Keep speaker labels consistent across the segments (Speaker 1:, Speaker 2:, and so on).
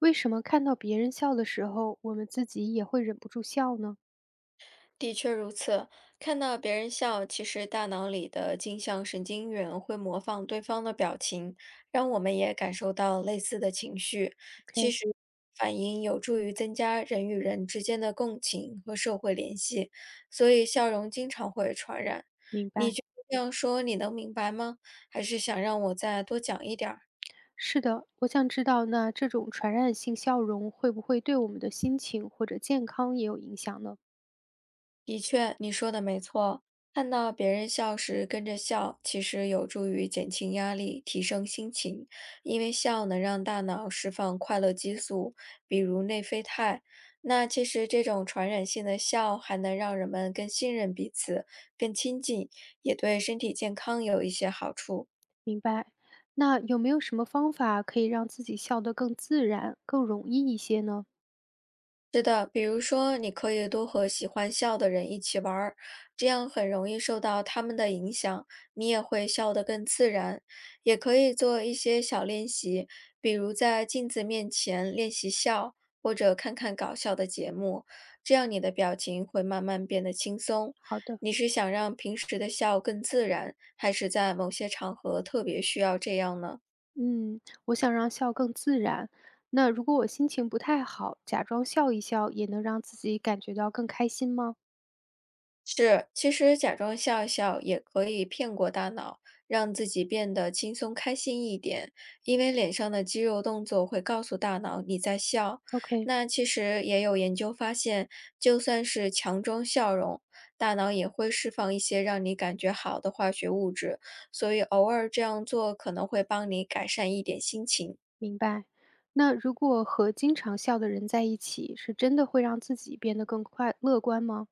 Speaker 1: 为什么看到别人笑的时候，我们自己也会忍不住笑呢
Speaker 2: 的确如此，看到别人笑，其实大脑里的镜像神经元会模仿对方的表情，让我们也感受到类似的情绪。其
Speaker 1: ？OK，
Speaker 2: 实，反应有助于增加人与人之间的共情和社会联系，所以笑容经常会传染。
Speaker 1: 明
Speaker 2: 你
Speaker 1: 白。
Speaker 2: 觉得这样说你能明白吗？还是想让我再多讲一点儿？
Speaker 1: 是的，我想知道，那这种传染性笑容会不会对我们的心情或者健康也有影响呢？
Speaker 2: 的确，你说的没错。看到别人笑时跟着笑，其实有助于减轻压力、提升心情，因为笑能让大脑释放快乐激素，比如内啡肽。那其实这种传染性的笑还能让人们更信任彼此、更亲近，也对身体健康有一些好处。
Speaker 1: 明白。那有没有什么方法可以让自己笑得更自然、更容易一些呢？
Speaker 2: 是的，比如说，你可以多和喜欢笑的人一起玩儿，这样很容易受到他们的影响，你也会笑得更自然。也可以做一些小练习，比如在镜子面前练习笑，或者看看搞笑的节目，这样你的表情会慢慢变得轻松。
Speaker 1: 好的，
Speaker 2: 你是想让平时的笑更自然，还是在某些场合特别需要这样呢？
Speaker 1: 嗯，我想让笑更自然。那如果我心情不太好，假装笑一笑，也能让自己感觉到更开心吗
Speaker 2: 是，其实假装笑笑也可以骗过大脑，让自己变得轻松开心一点，因为脸上的肌肉动作会告诉大脑你在笑。
Speaker 1: ？OK，
Speaker 2: 那其实也有研究发现，就算是强装笑容，大脑也会释放一些让你感觉好的化学物质，所以偶尔这样做可能会帮你改善一点心情。
Speaker 1: 明白。那如果和经常笑的人在一起，是真的会让自己变得更快乐观吗？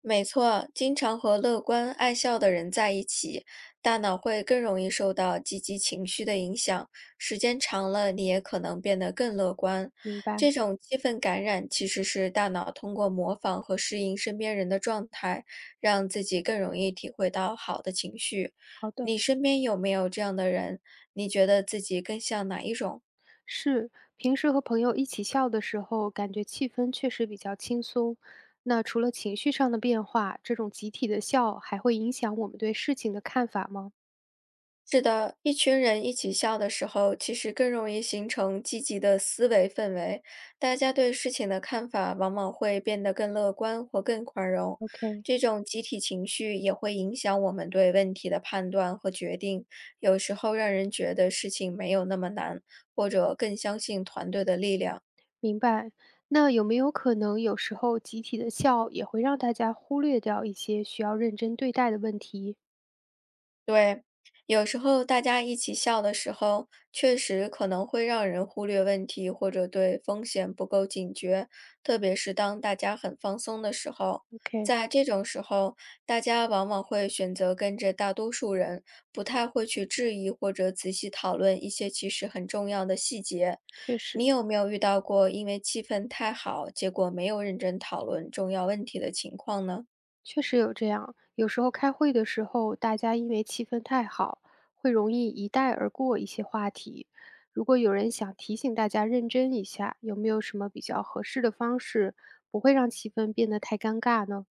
Speaker 2: 没错，经常和乐观爱笑的人在一起，大脑会更容易受到积极情绪的影响。时间长了，你也可能变得更乐观。
Speaker 1: 明白，
Speaker 2: 这种气氛感染其实是大脑通过模仿和适应身边人的状态，让自己更容易体会到好的情绪。
Speaker 1: 好的，
Speaker 2: 你身边有没有这样的人？你觉得自己更像哪一种？
Speaker 1: 是。平时和朋友一起笑的时候，感觉气氛确实比较轻松。那除了情绪上的变化，这种集体的笑还会影响我们对事情的看法吗
Speaker 2: 是的，一群人一起笑的时候，其实更容易形成积极的思维氛围，大家对事情的看法往往会变得更乐观或更宽容。
Speaker 1: ？OK，
Speaker 2: 这种集体情绪也会影响我们对问题的判断和决定，有时候让人觉得事情没有那么难，或者更相信团队的力量。
Speaker 1: 明白。那有没有可能有时候集体的笑也会让大家忽略掉一些需要认真对待的问题
Speaker 2: 对，有时候大家一起笑的时候，确实可能会让人忽略问题，或者对风险不够警觉，特别是当大家很放松的时候。
Speaker 1: ？OK，
Speaker 2: 在这种时候，大家往往会选择跟着大多数人，不太会去质疑或者仔细讨论一些其实很重要的细节。
Speaker 1: 确
Speaker 2: 你
Speaker 1: 实。
Speaker 2: 有没有遇到过因为气氛太好，结果没有认真讨论重要问题的情况呢？
Speaker 1: 确实有这样，有时候开会的时候，大家因为气氛太好，会容易一带而过一些话题。如果有人想提醒大家认真一下，有没有什么比较合适的方式，不会让气氛变得太尴尬呢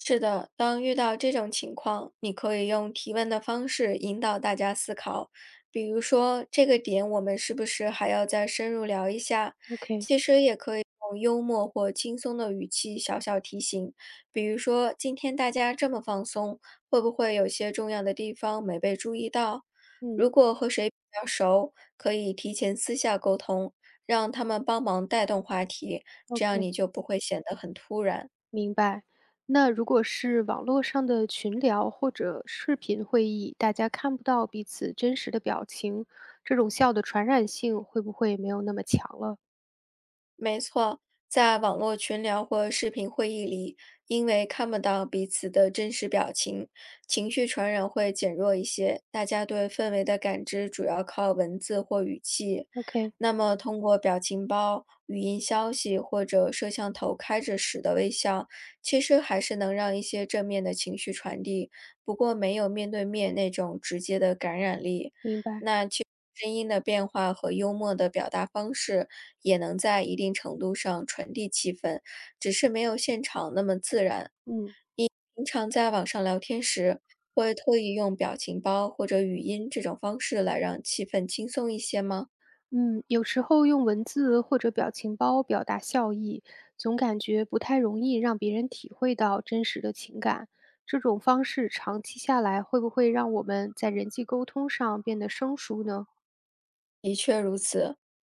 Speaker 2: 是的，当遇到这种情况，你可以用提问的方式引导大家思考，比如说这个点我们是不是还要再深入聊一下？
Speaker 1: ？OK，
Speaker 2: 其实也可以用幽默或轻松的语气小小提醒，比如说今天大家这么放松，会不会有些重要的地方没被注意到？
Speaker 1: 嗯
Speaker 2: 如果和谁比较熟，可以提前私下沟通，让他们帮忙带动话题，这样
Speaker 1: ，OK，
Speaker 2: 你就不会显得很突然。
Speaker 1: 明白。那如果是网络上的群聊或者视频会议，大家看不到彼此真实的表情，这种笑的传染性会不会没有那么强了
Speaker 2: 没错，在网络群聊或视频会议里，因为看不到彼此的真实表情，情绪传染会减弱一些。大家对氛围的感知主要靠文字或语气。
Speaker 1: ？OK，
Speaker 2: 那么，通过表情包、语音消息或者摄像头开着时的微笑，其实还是能让一些正面的情绪传递，不过没有面对面那种直接的感染力。
Speaker 1: 明白。
Speaker 2: 声音的变化和幽默的表达方式，也能在一定程度上传递气氛，只是没有现场那么自然。
Speaker 1: 嗯。
Speaker 2: 平常在网上聊天时，会特意用表情包或者语音这种方式来让气氛轻松一些吗？
Speaker 1: 嗯，有时候用文字或者表情包表达笑意，总感觉不太容易让别人体会到真实的情感。这种方式长期下来，会不会让我们在人际沟通上变得生疏呢？
Speaker 2: 的确。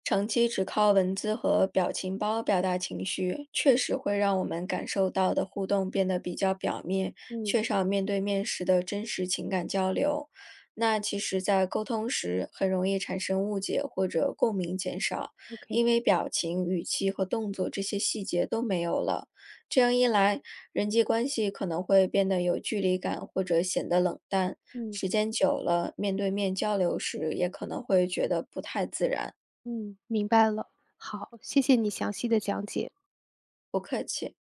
Speaker 2: 长期只靠文字和表情包表达情绪，确实会让我们感受到的互动变得比较表面，
Speaker 1: 嗯
Speaker 2: 缺少面对面时的真实情感交流。那其实，在沟通时很容易产生误解或者共鸣减少，
Speaker 1: ，OK，
Speaker 2: 因为表情、语气和动作这些细节都没有了。这样一来，人际关系可能会变得有距离感，或者显得冷淡。
Speaker 1: 嗯
Speaker 2: 时间久了，面对面交流时也可能会觉得不太自然。
Speaker 1: 嗯，明白了。好，谢谢你详细的讲解。
Speaker 2: 不客气。